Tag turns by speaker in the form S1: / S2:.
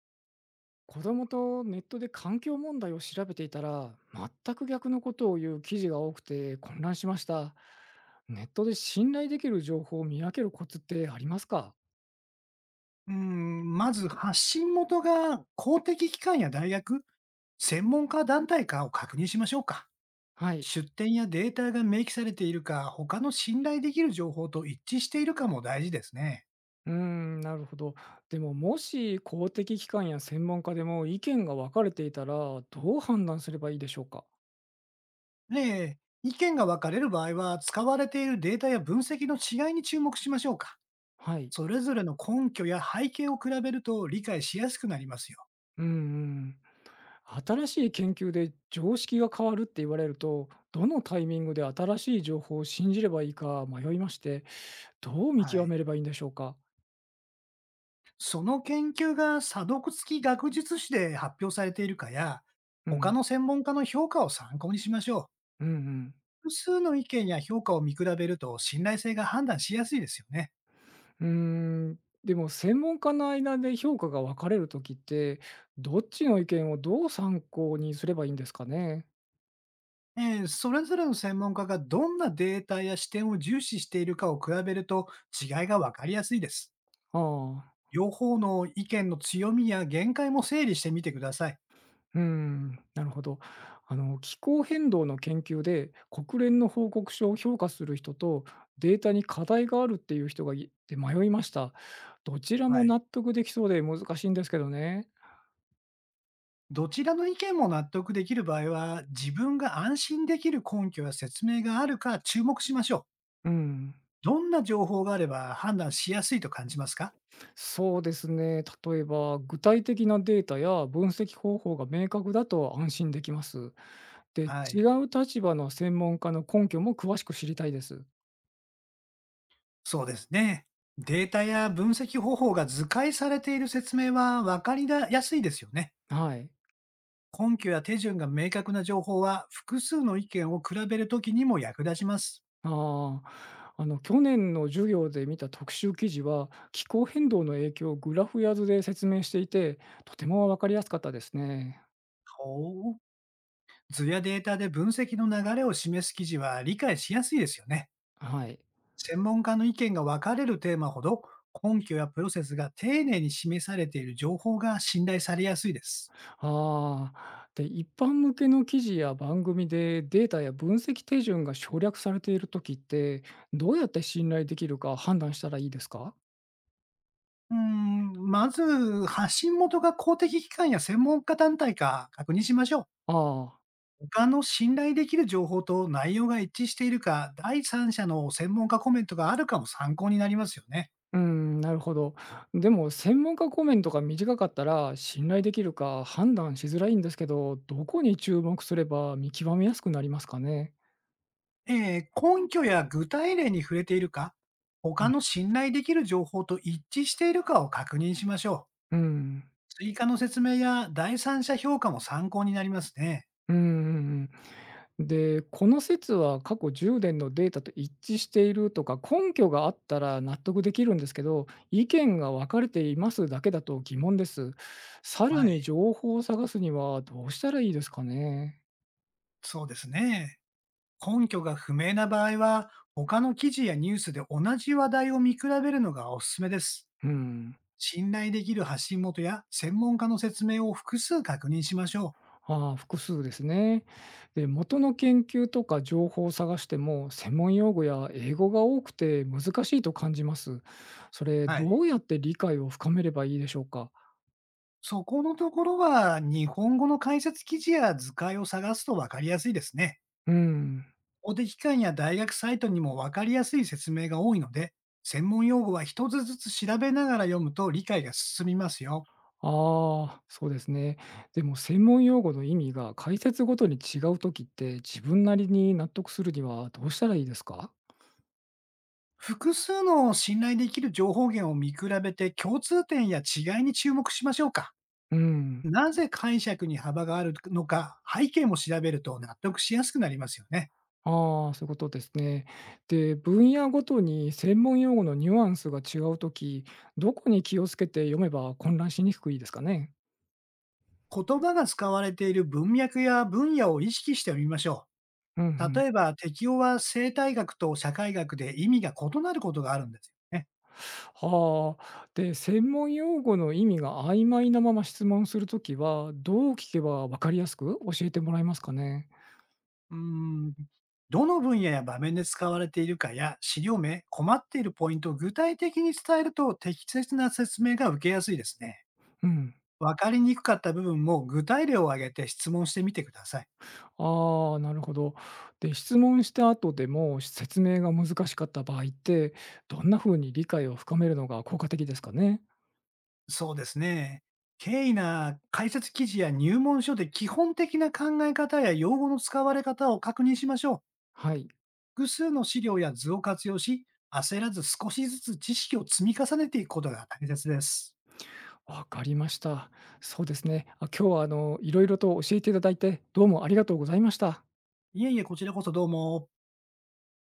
S1: 子供とネットで環境問題を調べていたら、全く逆のことを言う記事が多くて混乱しました。ネットで信頼できる情報を見分けるコツってありますか。
S2: うーん、まず発信元が公的機関や大学、専門家団体かを確認しましょうか。
S1: はい。
S2: 出典やデータが明記されているか、他の信頼できる情報と一致しているかも大事ですね。
S1: うーん、なるほど。でも、もし公的機関や専門家でも意見が分かれていたら、どう判断すればいいでしょうか。
S2: で、意見が分かれる場合は、使われているデータや分析の違いに注目しましょうか。
S1: はい。
S2: それぞれの根拠や背景を比べると理解しやすくなりますよ。
S1: うんうん。新しい研究で常識が変わるって言われると、どのタイミングで新しい情報を信じればいいか迷いまして、どう見
S2: は
S1: 極
S2: い。
S1: めればいいんでしょうか？
S2: その研究が査読付き学術誌で発表されているかや、
S1: う
S2: 他
S1: ん、
S2: の専門家の評価を参考にしましょう。
S1: うんうん。
S2: 複数の意見や評価を見比べると信頼性が判断しやすいですよね。
S1: うーん、でも専門家の間で評価が分かれるときって、どっちの意見をどう参考にすればいいんですかね？
S2: それぞれの専門家がどんなデータや視点を重視しているかを比べると、違いがわかりやすいです。
S1: ああ、
S2: 両方の意見の強みや限界も整理してみてください。
S1: うん、なるほど。あの、気候変動の研究で国連の報告書を評価する人と、データに課題があるっていう人がいて迷いました。どちらも
S2: は
S1: 納
S2: い。
S1: 得できそうで難しいんですけどね。
S2: どちらの意見も納得できる場合は、自分が安心できる根拠や説明があるか注目しましょう。
S1: うん。
S2: どんな情報があれば判断しやすいと感じますか？
S1: そうですね。例えば、具体的なデータや分析方法が明確だと安心できます。で、
S2: は
S1: 違
S2: い。
S1: う立場の専門家の根拠も詳しく知りたいです。
S2: そうですね。データや分析方法が図解されている説明は分かりやすいですよね。
S1: はい。
S2: 根拠や手順が明確な情報は、複数の意見を比べるときにも役立ちます。
S1: ああ、あの、去年の授業で見た特集記事は、気候変動の影響をグラフや図で説明していて、とても分かりやすかったですね。
S2: ほう。図やデータで分析の流れを示す記事は理解しやすいですよね。
S1: はい。
S2: 専門家の意見が分かれるテーマほど、根拠やプロセスが丁寧に示されている情報が信頼されやすいです。
S1: ああ、で、一般向けの記事や番組でデータや分析手順が省略されているときって、どうやって信頼できるか判断したらいいですか。
S2: うーん、まず発信元が公的機関や専門家団体か確認しましょう。
S1: ああ、
S2: 他の信頼できる情報と内容が一致しているか、第三者の専門家コメントがあるかも参考になりますよね。
S1: うん、なるほど。でも、専門家コメントが短かったら、信頼できるか判断しづらいんですけど、どこに注目すれば見極めやすくなりますかね。
S2: 根拠や具体例に触れているか、
S1: う
S2: 他
S1: ん
S2: の信頼できる情報と一致しているかを確認しましょう。
S1: うん、
S2: 追加の説明や第三者評価も参考になりますね。
S1: うん、うんうん。で、この説は過去10年のデータと一致しているとか、根拠があったら納得できるんですけど、意見が分かれていますだけだと疑問です。さら
S2: は
S1: に
S2: い、
S1: 情報を探すにはどうしたらいいですかね。
S2: そうですね。根拠が不明な場合は、他の記事やニュースで同じ話題を見比べるのがおすすめです。
S1: うん。
S2: 信頼できる発信元や専門家の説明を複数確認しましょう。
S1: ああ、複数ですね。で、元の研究とか情報を探しても、専門用語や英語が多くて難しいと感じます。それ、
S2: はい。
S1: どうやって理解を深めればいいでしょうか。
S2: そこのところは、日本語の解説記事や図解を探すとわかりやすいですね。
S1: うん。
S2: 公的機関や大学サイトにもわかりやすい説明が多いので、専門用語は一つずつ調べながら読むと理解が進みますよ。
S1: ああ、そうですね。でも専門用語の意味が解説ごとに違うときって、自分なりに納得するにはどうしたらいいですか？
S2: 複数の信頼できる情報源を見比べて、共通点や違いに注目しましょうか。
S1: うん。
S2: なぜ解釈に幅があるのか、背景も調べると納得しやすくなりますよね。
S1: ああ、そういうことですね。で、分野ごとに専門用語のニュアンスが違うとき、どこに気をつけて読めば混乱しにくくいいですかね？
S2: 言葉が使われている文脈や分野を意識してみましょ
S1: うんう
S2: う。
S1: ん。
S2: 例えば、適用は生態学と社会学で意味が異なることがあるんですよね。
S1: はあ。で、専門用語の意味が曖昧なまま質問するときは、どう聞けば分かりやすく教えてもらえますかね？
S2: うーん。どの分野や場面で使われているかや資料名、困っているポイントを具体的に伝えると、適切な説明が受けやすいですね。
S1: うん。
S2: わかりにくかった部分も具体例を挙げて質問してみてください。
S1: ああ、なるほど。で、質問した後でも説明が難しかった場合って、どんな風に理解を深めるのが効果的ですかね？
S2: そうですね。経緯な解説記事や入門書で、基本的な考え方や用語の使われ方を確認しましょう。
S1: はい、
S2: 複数の資料や図を活用し、焦らず少しずつ知識を積み重ねていくことが大切です。
S1: わかりました。そうですね。あ、今日はあの、いろいろと教えていただいて、どうもありがとうございました。
S2: いえいえ、こちらこそどうも。